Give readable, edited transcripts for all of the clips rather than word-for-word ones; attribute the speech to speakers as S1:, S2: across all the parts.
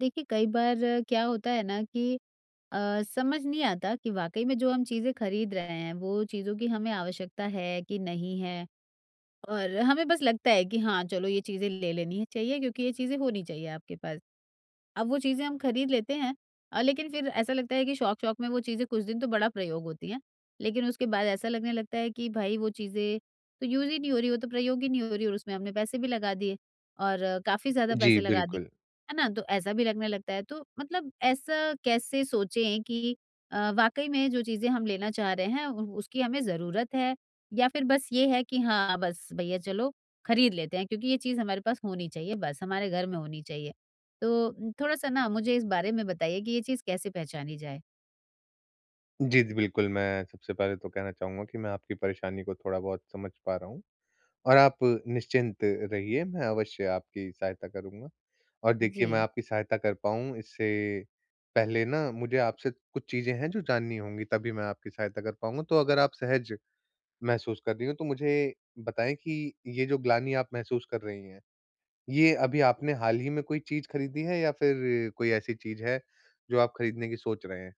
S1: देखिए कई बार क्या होता है ना कि समझ नहीं आता कि वाकई में जो हम चीज़ें खरीद रहे हैं वो चीज़ों की हमें आवश्यकता है कि नहीं है। और हमें बस लगता है कि हाँ चलो ये चीज़ें ले लेनी है चाहिए क्योंकि ये चीज़ें होनी चाहिए आपके पास। अब वो चीज़ें हम खरीद लेते हैं। लेकिन फिर ऐसा लगता है कि शौक-शौक में वो चीज़ें कुछ दिन तो बड़ा प्रयोग होती हैं, लेकिन उसके बाद ऐसा लगने लगता है कि भाई वो चीज़ें तो यूज़ ही नहीं हो रही, वो तो प्रयोग ही नहीं हो रही और उसमें हमने पैसे भी लगा दिए और काफ़ी ज़्यादा
S2: जी,
S1: पैसे लगा दिए,
S2: बिल्कुल।
S1: है ना? तो ऐसा भी लगने लगता है। तो मतलब ऐसा कैसे सोचें कि वाक़ई में जो चीज़ें हम लेना चाह रहे हैं उ उसकी हमें ज़रूरत है, या फिर बस ये है कि हाँ, बस भैया चलो खरीद लेते हैं क्योंकि ये चीज़ हमारे पास होनी चाहिए बस, हमारे घर में होनी चाहिए। तो थोड़ा-सा ना मुझे इस बारे में बताइए कि ये चीज़ कैसे पहचानी जाए?
S2: जी, जी, बिल्कुल, मैं सबसे पहले तो कहना चाहूँगा कि मैं आपकी परेशानी को थोड़ा-बहुत समझ पा रहा हूँ और आप निश्चिंत रहिए, मैं अवश्य आपकी सहायता करूँगा। और देखिए,
S1: जी।
S2: मैं आपकी सहायता कर पाऊँ, इससे पहले ना मुझे आपसे कुछ चीज़ें हैं जो जाननी होंगी, तभी मैं आपकी सहायता कर पाऊँगा। तो अगर आप सहज महसूस कर रही हों, तो मुझे बताएँ कि ये जो ग्लानि आप महसूस कर रही हैं, ये अभी आपने हाल ही में कोई चीज़ खरीदी है या फिर कोई ऐसी चीज़ है जो आप खरीदने की सोच रहे हैं?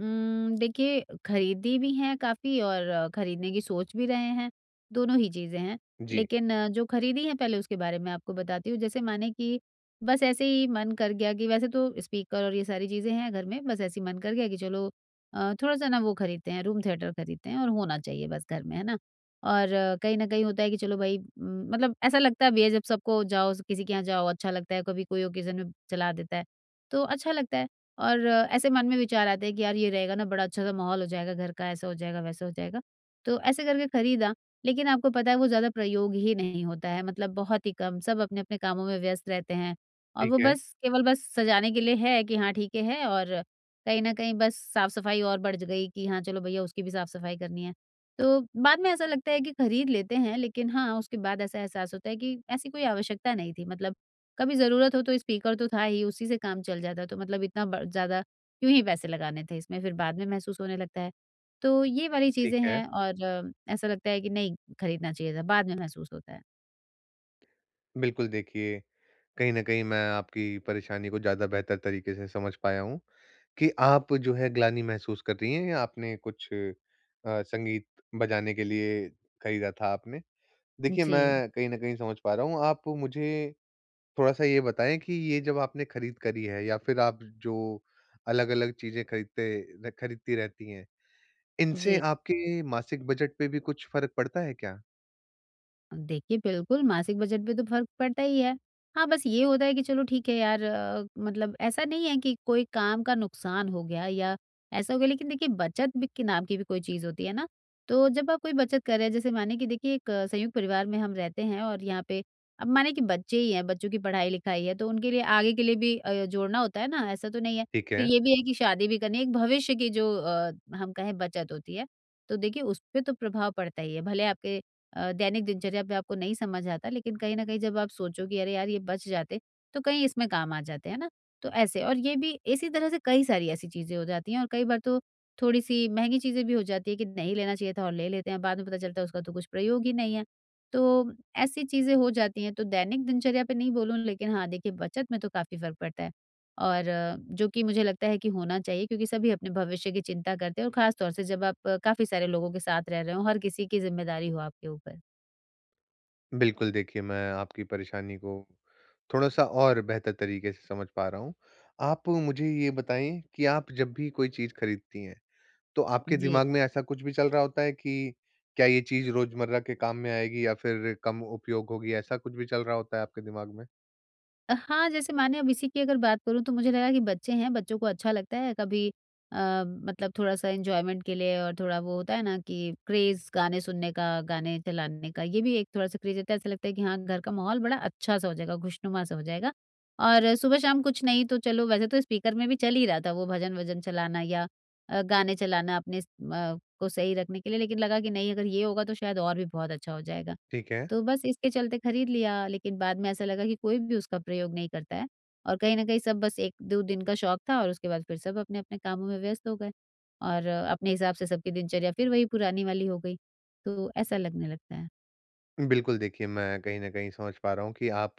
S1: देखिए खरीदी भी हैं काफ़ी और खरीदने की सोच भी रहे हैं, दोनों ही चीज़ें हैं।
S2: जी,
S1: लेकिन जो खरीदी है पहले उसके बारे में आपको बताती हूँ। जैसे माने कि बस ऐसे ही मन कर गया कि वैसे तो स्पीकर और ये सारी चीज़ें हैं घर में, बस ऐसे ही मन कर गया कि चलो थोड़ा-सा ना वो खरीदते हैं, रूम थिएटर खरीदते हैं और होना चाहिए बस घर में, है ना? और कहीं न कहीं होता है कि चलो भाई, मतलब ऐसा लगता भी है जब सबको जाओ, किसी के यहाँ जाओ अच्छा लगता है, कभी कोई ओकेज़न में चला देता है, तो अच्छा लगता है। और ऐसे मन में विचार आते हैं कि यार ये रहेगा ना, बड़ा अच्छा-सा माहौल हो जाएगा घर का, ऐसा हो जाएगा, वैसा हो जाएगा। तो ऐसे करके खरीदा, लेकिन आपको पता है वो ज़्यादा प्रयोग ही नहीं होता है, मतलब बहुत ही कम, सब अपने-अपने कामों में व्यस्त रहते हैं और
S2: ठीक
S1: वो
S2: है।
S1: बस केवल बस सजाने के लिए है कि हाँ, ठीक है। और कहीं न कहीं बस साफ-सफाई और बढ़ ज गई कि हाँ, चलो भैया उसकी भी साफ-सफाई करनी है। तो बाद में ऐसा लगता है कि खरीद लेते हैं, लेकिन हाँ, उसके बाद ऐसा एहसास होता है कि ऐसी कोई आवश्यकता नहीं थी। मतलब कभी ज़रूरत हो तो स्पीकर तो था ही, उसी से काम चल जाता, तो मतलब इतना ब ज़्यादा क्यों ही पैसे लगाने थे इसमें, फिर बाद में महसूस होने लगता है। तो ये वाली
S2: ठीक
S1: चीज़ें
S2: है।
S1: हैं और ऐसा लगता है कि नहीं खरीदना चाहिए था, बाद में महसूस होता है।
S2: बिल्कुल देखिए, कहीं न कहीं मैं आपकी परेशानी को ज़्यादा बेहतर तरीके से समझ पाया हूँ कि आप जो है ग्लानि महसूस कर रही हैं या आपने कुछ संगीत बजाने के लिए खरीदा था आपने। देखिए,
S1: जी,
S2: मैं कहीं न कहीं समझ पा रहा हूँ। आप मुझे थोड़ा-सा ये बताएँ कि ये जब आपने खरीद करी है या फिर आप जो अलग-अलग चीज़ें खरीदते र खरीदती रहती हैं, इनसे
S1: जी।
S2: आपके मासिक बजट पे भी कुछ फ़र्क पड़ता है क्या?
S1: देखिए, बिल्कुल मासिक बजट पे तो फ़र्क पड़ता ही है। हाँ, बस ये होता है कि चलो ठीक है यार, मतलब ऐसा नहीं है कि कोई काम का नुकसान हो गया या ऐसा हो गया, लेकिन देखिए बचत भी के नाम की भी कोई चीज़ होती है ना, तो जब आप कोई बचत कर रहे हैं, जैसे माने कि देखिए एक संयुक्त परिवार में हम रहते हैं और यहाँ पे अब माने कि बच्चे ही हैं, बच्चों की पढ़ाई-लिखाई है तो उनके लिए आगे के लिए भी जोड़ना होता है ना, ऐसा तो नहीं है।
S2: ठीक
S1: फिर
S2: है।
S1: ये भी है कि शादी भी करनी है, एक भविष्य की जो हम कहें बचत होती है, तो देखिए उस पे तो प्रभाव पड़ता ही है। भले आपके दैनिक दिनचर्या पे आपको नहीं समझ आता, लेकिन कहीं न कहीं जब आप सोचो कि अरे यार ये बच जाते, तो कहीं इसमें काम आ जाते, है ना? तो ऐसे, और ये भी इसी तरह से कई सारी ऐसी चीज़ें हो जाती हैं और कई बार तो थोड़ी-सी महँगी चीज़ें भी हो जाती है कि नहीं लेना चाहिए था और ले लेते हैं, बाद में पता चलता है उसका तो कुछ प्रयोग ही नहीं है। तो ऐसी चीज़ें हो जाती हैं, तो दैनिक दिनचर्या पे नहीं बोलूँ लेकिन हाँ, देखिए बचत में तो काफ़ी फ़र्क पड़ता है और जो कि मुझे लगता है कि होना चाहिए, क्योंकि सभी अपने भविष्य की चिंता करते हैं और ख़ास तौर से जब आप काफ़ी सारे लोगों के साथ रह रहे हो, हर किसी की ज़िम्मेदारी हो आपके ऊपर।
S2: बिल्कुल, देखिए मैं आपकी परेशानी को थोड़ा-सा और बेहतर तरीके से समझ पा रहा हूँ। आप मुझे ये बताएँ कि आप जब भी कोई चीज़ खरीदती हैं, तो आपके
S1: जी।
S2: दिमाग में ऐसा कुछ भी चल रहा होता है कि क्या ये चीज़ रोज़मर्रा के काम में आएगी या फिर कम उपयोग होगी, ऐसा कुछ भी चल रहा होता है आपके दिमाग में?
S1: हाँ, जैसे माने अब इसी की अगर बात करूँ तो मुझे लगा कि बच्चे हैं, बच्चों को अच्छा लगता है कभी, अ, मतलब थोड़ा-सा एन्जॉयमेंट के लिए, और थोड़ा वो होता है ना कि क्रेज़ गाने सुनने का, गाने चलाने का, ये भी एक थोड़ा-सा क्रेज़ रहता है। ऐसा लगता है कि हाँ, घर का माहौल बड़ा अच्छा-सा हो जाएगा, खुशनुमा सा हो जाएगा, और सुबह-शाम कुछ नहीं तो चलो वैसे तो स्पीकर में भी चल ही रहा था वो भजन-वजन चलाना या गाने चलाना अपने को सही रखने के लिए, लेकिन लगा कि नहीं अगर ये होगा तो शायद और भी बहुत अच्छा हो जाएगा।
S2: ठीक है।
S1: तो बस इसके चलते खरीद लिया, लेकिन बाद में ऐसा लगा कि कोई भी उसका प्रयोग नहीं करता है और कहीं न कहीं सब बस 1-2 दिन का शौक था और उसके बाद फिर सब अपने-अपने कामों में व्यस्त हो गए और अपने हिसाब से सबकी दिनचर्या फिर वही पुरानी वाली हो गई। तो ऐसा लगने लगता है।
S2: बिल्कुल, देखिए मैं कहीं न कहीं समझ पा रहा हूँ कि आप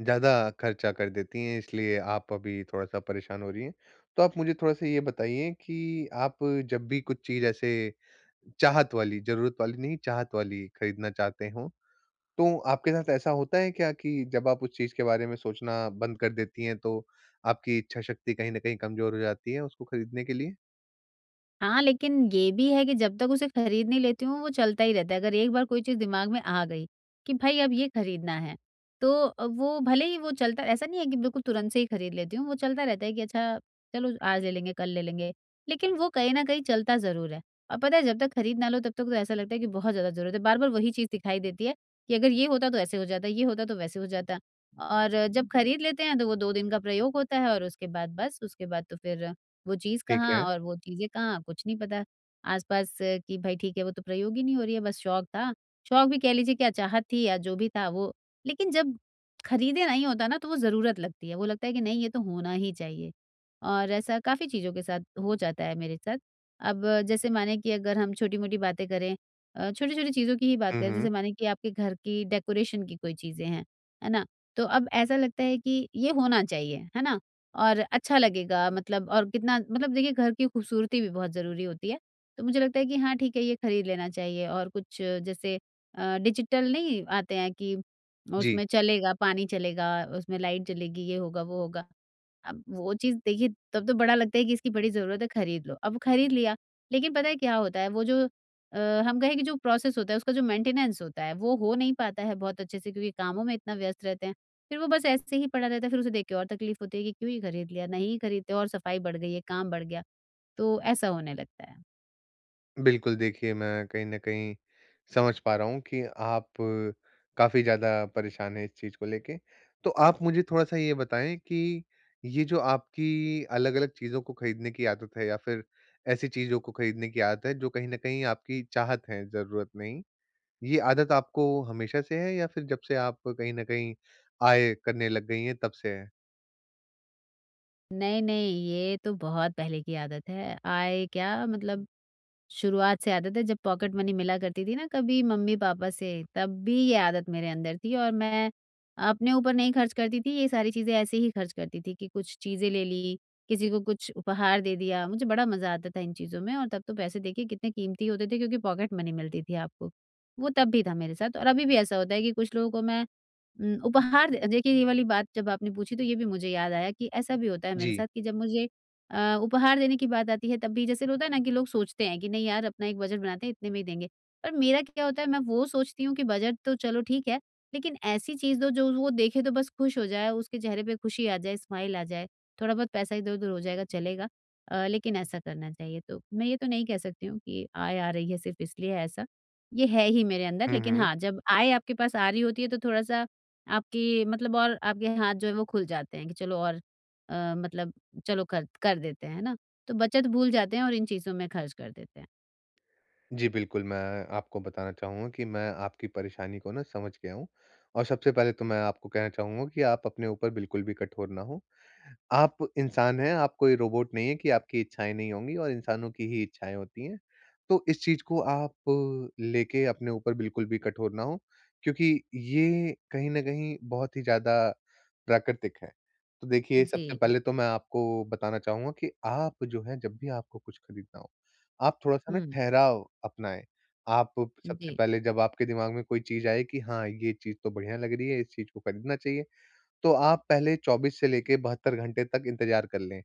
S2: ज़्यादा खर्चा कर देती हैं, इसलिए आप अभी थोड़ा-सा परेशान हो रही हैं। तो आप मुझे थोड़ा-सा ये बताइए कि आप जब भी कुछ चीज़ ऐसे चाहत वाली, ज़रूरत वाली नहीं, चाहत वाली खरीदना चाहते हों। तो आपके साथ ऐसा होता है क्या कि जब आप उस चीज़ के बारे में सोचना बंद कर देती हैं, तो आपकी इच्छा शक्ति कहीं न कहीं कमज़ोर हो जाती है उसको खरीदने के लिए?
S1: हाँ, लेकिन ये भी है कि जब तक उसे खरीद नहीं लेती हूँ, वो चलता ही रहता है। अगर एक बार कोई चीज़ दिमाग में आ गई कि भई अब ये खरीदना है, तो वो भले ही वो चलता, ऐसा नहीं है कि बिल्कुल तुरंत से ही खरीद लेती हूँ, वो चलता रहता है कि अच्छा चलो आज ले लेंगे, कल ले लेंगे, लेकिन वो कहीं न कहीं चलता ज़रूर है। और पता है जब तक खरीद ना लो तब तक तो ऐसा लगता है कि बहुत ज़्यादा ज़रूरत है, बार-बार वही चीज़ दिखाई देती है कि अगर ये होता तो ऐसे हो जाता, ये होता तो वैसे हो जाता। और जब खरीद लेते हैं तो वो 2 दिन का प्रयोग होता है और उसके बाद बस, उसके बाद तो फिर वो चीज़
S2: ठीक
S1: कहाँ
S2: है।
S1: और वो चीज़ें कहाँ, कुछ नहीं पता। आस-पास, कि भई ठीक है, वो तो प्रयोग ही नहीं हो रही है, बस शौक था। शौक भी कह लीजिए, कि या चाहत थी या जो भी था वो, लेकिन जब खरीदे नहीं होता ना, तो वो ज़रूरत लगती है। वो लगता है कि नहीं, ये तो होना ही चाहिए, और ऐसा काफ़ी चीज़ों के साथ हो जाता है मेरे साथ। अब जैसे माने कि अगर हम छोटी-मोटी बातें करें, छोटी-छोटी चीज़ों की ही बात
S2: हुँ,
S1: करें,
S2: हुँ।
S1: जैसे माने कि आपके घर की डेकोरेशन की कोई चीज़ें हैं, है ना? तो अब ऐसा लगता है कि ये होना चाहिए, है ना? और अच्छा लगेगा, मतलब और कितना, मतलब देखिए घर की खूबसूरती भी बहुत ज़रूरी होती है। तो मुझे लगता है कि हाँ, ठीक है, ये खरीद लेना चाहिए, और कुछ जैसे डिजिटल नहीं आते हैं कि
S2: जी।
S1: उसमें चलेगा, पानी चलेगा, उसमें लाइट जलेगी, ये होगा, वो होगा। अब वो चीज़ देखिए तब तो बड़ा लगता है कि इसकी बड़ी ज़रूरत है, खरीद लो। अब खरीद लिया, लेकिन पता है क्या होता है वो जो अ, हम कहें कि जो प्रोसेस होता है उसका जो मेंटेनेंस होता है वो हो नहीं पाता है बहुत अच्छे से, क्योंकि कामों में इतना व्यस्त रहते हैं। फिर वो बस ऐसे ही पड़ा रहता है, फिर उसे देख के और तकलीफ होती है कि क्यों ही खरीद लिया, नहीं खरीदते और सफाई बढ़ गई है, काम बढ़ गया, तो ऐसा होने लगता है।
S2: बिल्कुल, देखिए मैं कहीं न कहीं समझ पा रहा हूँ कि आप काफ़ी ज़्यादा परेशान हैं इस चीज़ को लेके। तो आप मुझे थोड़ा-सा ये बताएँ कि ये जो आपकी अलग-अलग चीज़ों को खरीदने की आदत है या फिर ऐसी चीज़ों को खरीदने की आदत है जो कहीं न कहीं आपकी चाहत है, ज़रूरत नहीं। ये आदत आपको हमेशा से है या फिर जब से आप कहीं न कहीं आय करने लग गई हैं तब से है?
S1: नहीं, नहीं, ये तो बहुत पहले की आदत है। आए क्या मतलब, शुरुआत से आदत है, जब पॉकेट मनी मिला करती थी ना कभी मम्मी पापा से तब भी ये आदत मेरे अंदर थी और मैं अपने ऊपर नहीं खर्च करती थी, ये सारी चीजें ऐसे ही खर्च करती थी कि कुछ चीजें ले ली, किसी को कुछ उपहार दे दिया, मुझे बड़ा मजा आता था इन चीजों में, और तब तो पैसे देखिए कितने कीमती होते थे, क्योंकि पॉकेट मनी मिलती थी आपको। वो तब भी था मेरे साथ, और अभी भी ऐसा होता है कि कुछ लोगों को मैं उपहार दे, देखिए ये वाली बात जब आपने पूछी तो ये भी मुझे याद आया कि ऐसा भी होता है मेरे
S2: जी।
S1: साथ कि जब मुझे उपहार देने की बात आती है तब भी जैसे होता है ना कि लोग सोचते हैं कि नहीं यार अपना एक बजट बनाते हैं इतने में ही देंगे। पर मेरा क्या होता है, मैं वो सोचती हूँ कि बजट तो चलो ठीक है, लेकिन ऐसी चीज़ दो जो वो देखे तो बस खुश हो जाए, उसके चेहरे पे खुशी आ जाए, स्माइल आ जाए, थोड़ा बहुत पैसा इधर-उधर हो जाएगा चलेगा। लेकिन ऐसा करना चाहिए, तो मैं ये तो नहीं कह सकती हूँ कि आय आ रही है सिर्फ़ इसलिए है ऐसा। ये है ही मेरे अंदर,
S2: हुँ,
S1: लेकिन
S2: हुँ।
S1: हाँ, जब आय आपके पास आ रही होती है तो थोड़ा-सा आपकी मतलब और आपके हाथ जो है वो खुल जाते हैं कि चलो, और मतलब चलो कर कर देते हैं, है ना? तो बचत भूल जाते हैं और इन चीज़ों में खर्च कर देते हैं।
S2: जी, बिल्कुल, मैं आपको बताना चाहूँगा कि मैं आपकी परेशानी को ना समझ गया हूँ और सबसे पहले तो मैं आपको कहना चाहूँगा कि आप अपने ऊपर बिल्कुल भी कठोर ना हों। आप इंसान हैं, आप कोई रोबोट नहीं हैं कि आपकी इच्छाएँ नहीं होंगी और इंसानों की ही इच्छाएँ होती हैं। तो इस चीज़ को आप लेके अपने ऊपर बिल्कुल भी कठोर ना हों, क्योंकि ये कहीं न कहीं बहुत ही ज़्यादा प्राकृतिक है। तो देखिए, सबसे
S1: जी।
S2: पहले तो मैं आपको बताना चाहूँगा कि आप जो है, जब भी आपको कुछ खरीदना हो आप थोड़ा-सा ना
S1: हुँ।
S2: ठहराव अपनाएँ। आप सबसे
S1: जी,
S2: पहले जब आपके दिमाग में कोई चीज़ आए कि हाँ, ये चीज़ तो बढ़िया लग रही है, इस चीज़ को खरीदना चाहिए, तो आप पहले 24 से लेके 72 घंटे तक इंतज़ार कर लें।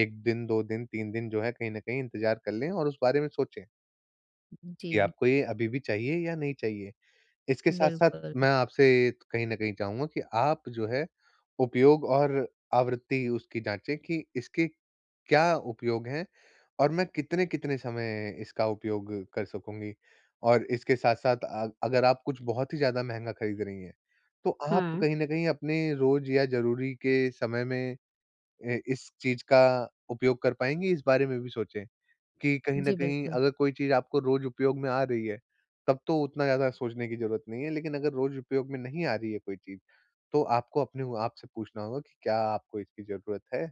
S2: 1 दिन, 2 दिन, 3 दिन जो है कहीं न कहीं इंतज़ार कर लें और उस बारे में सोचें कि
S1: जी,
S2: आपको ये अभी भी चाहिए या नहीं चाहिए। इसके साथ-साथ
S1: बिल्कुल।
S2: मैं आपसे कहीं न कहीं चाहूँगा कि आप जो है उपयोग और आवृत्ति उसकी जाँचें कि इसके क्या उपयोग हैं और मैं कितने-कितने समय इसका उपयोग कर सकूँगी? और इसके साथ-साथ अगर आप कुछ बहुत ही ज़्यादा महँगा खरीद रही हैं, तो आप
S1: हाँ।
S2: कहीं न कहीं अपने रोज़ या ज़रूरी के समय में इस चीज़ का उपयोग कर पाएँगे, इस बारे में भी सोचें। कि कहीं न
S1: जी,
S2: कहीं
S1: बिल्कुल।
S2: अगर कोई चीज़ आपको रोज़ उपयोग में आ रही है, तब तो उतना ज़्यादा सोचने की ज़रूरत नहीं है, लेकिन अगर रोज़ उपयोग में नहीं आ रही है कोई चीज़, तो आपको अपने वो आप से पूछना होगा कि क्या आपको इसकी ज़रूरत है?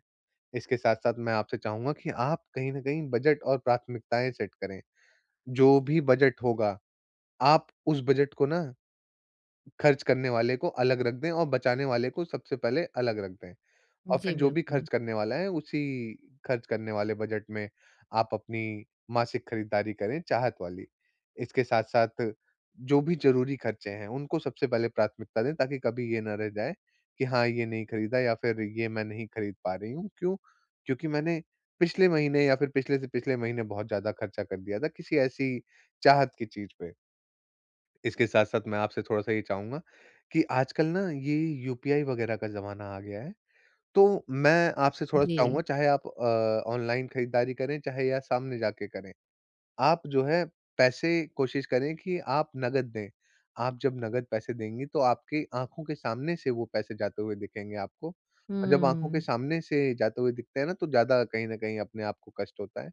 S2: इसके साथ-साथ मैं आपसे चाहूँगा कि आप कहीं न कहीं बजट और प्राथमिकताएँ सेट करें। जो भी बजट होगा, आप उस बजट को ना खर्च करने वाले को अलग रख दें और बचाने वाले को सबसे पहले अलग रख दें। और फिर
S1: जी,
S2: जो भी
S1: बिल्कुल।
S2: खर्च करने वाला है, उसी खर्च करने वाले बजट में आप अपनी मासिक खरीदारी करें, चाहत वाली। इसके साथ-साथ जो भी ज़रूरी खर्चे हैं, उनको सबसे पहले प्राथमिकता दें ताकि कभी ये ना रह जाए कि हाँ, ये नहीं खरीदा या फिर ये मैं नहीं खरीद पा रही हूँ। क्यों? क्योंकि मैंने पिछले महीने या फिर पिछले से पिछले महीने बहुत ज़्यादा खर्चा कर दिया था किसी ऐसी चाहत की चीज़ पे। इसके साथ-साथ मैं आपसे थोड़ा-सा ये चाहूँगा कि आजकल ना ये यूपीआई वगैरह का ज़माना आ गया है। तो मैं आपसे थोड़ा
S1: जी।
S2: चाहूँगा चाहे आप ऑनलाइन खरीदारी करें, चाहे या सामने जाके करें, आप जो है पैसे कोशिश करें कि आप नकद दें। आप जब नकद पैसे देंगी तो आपकी आँखों के सामने से वो पैसे जाते हुए दिखेंगे आपको और जब आँखों के
S1: हुँ,
S2: सामने से जाते हुए दिखते हैं ना, तो ज़्यादा कहीं न कहीं अपने आप को कष्ट होता है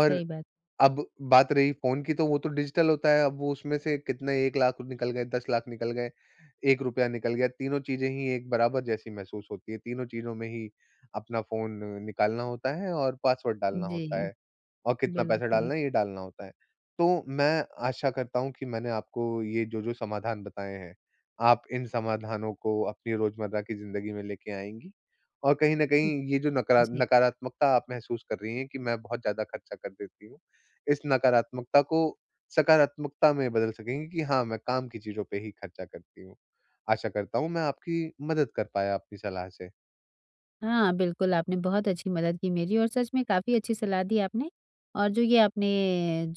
S2: और
S1: सही बात।
S2: अब बात रही फ़ोन की तो वो तो डिजिटल होता है, अब वो उसमें से कितने 1 लाख निकल गए, 10 लाख निकल गए, 1 रुपया निकल गया, तीनों चीज़ें ही एक बराबर जैसी महसूस होती है, तीनों चीज़ों में ही अपना फ़ोन निकालना होता है और पासवर्ड डालना होता
S1: जी,
S2: है और कितना पैसा
S1: बिल्कुल।
S2: डालना है ये डालना होता है। तो मैं आशा करता हूँ कि मैंने आपको ये जो-जो समाधान बताए हैं, आप इन समाधानों को अपनी रोज़मर्रा की ज़िंदगी में लेके आएँगी और कहीं न
S1: हुँ,
S2: कहीं ये जो
S1: जी।
S2: नकारात्मकता आप महसूस कर रही हैं कि मैं बहुत ज़्यादा खर्चा कर देती हूँ, इस नकारात्मकता को सकारात्मकता में बदल सकेंगे कि हाँ, मैं काम की चीज़ों पे ही खर्चा करती हूँ। आशा करता हूँ मैं आपकी मदद कर पाया आपकी सलाह से।
S1: हाँ, बिल्कुल, आपने बहुत अच्छी मदद की मेरी और सच में काफ़ी अच्छी सलाह दी आपने। और जो ये आपने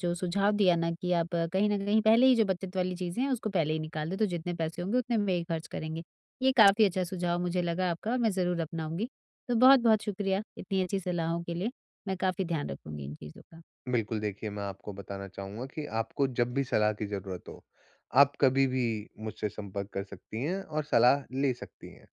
S1: जो सुझाव दिया ना कि आप कहीं न कहीं पहले ही जो बचत वाली चीज़ें हैं, उसको पहले ही निकाल दें, तो जितने पैसे होंगे उतने में ही खर्च करेंगे। ये काफ़ी अच्छा सुझाव मुझे लगा आपका और मैं ज़रूर अपनाऊँगी। तो बहुत-बहुत शुक्रिया इतनी अच्छी सलाहों के लिए। मैं काफ़ी ध्यान रखूँगी इन चीज़ों का।
S2: बिल्कुल देखिए, मैं आपको बताना चाहूँगा कि आपको जब भी सलाह की ज़रूरत हो, आप कभी भी मुझसे संपर्क कर सकती हैं और सलाह ले सकती हैं।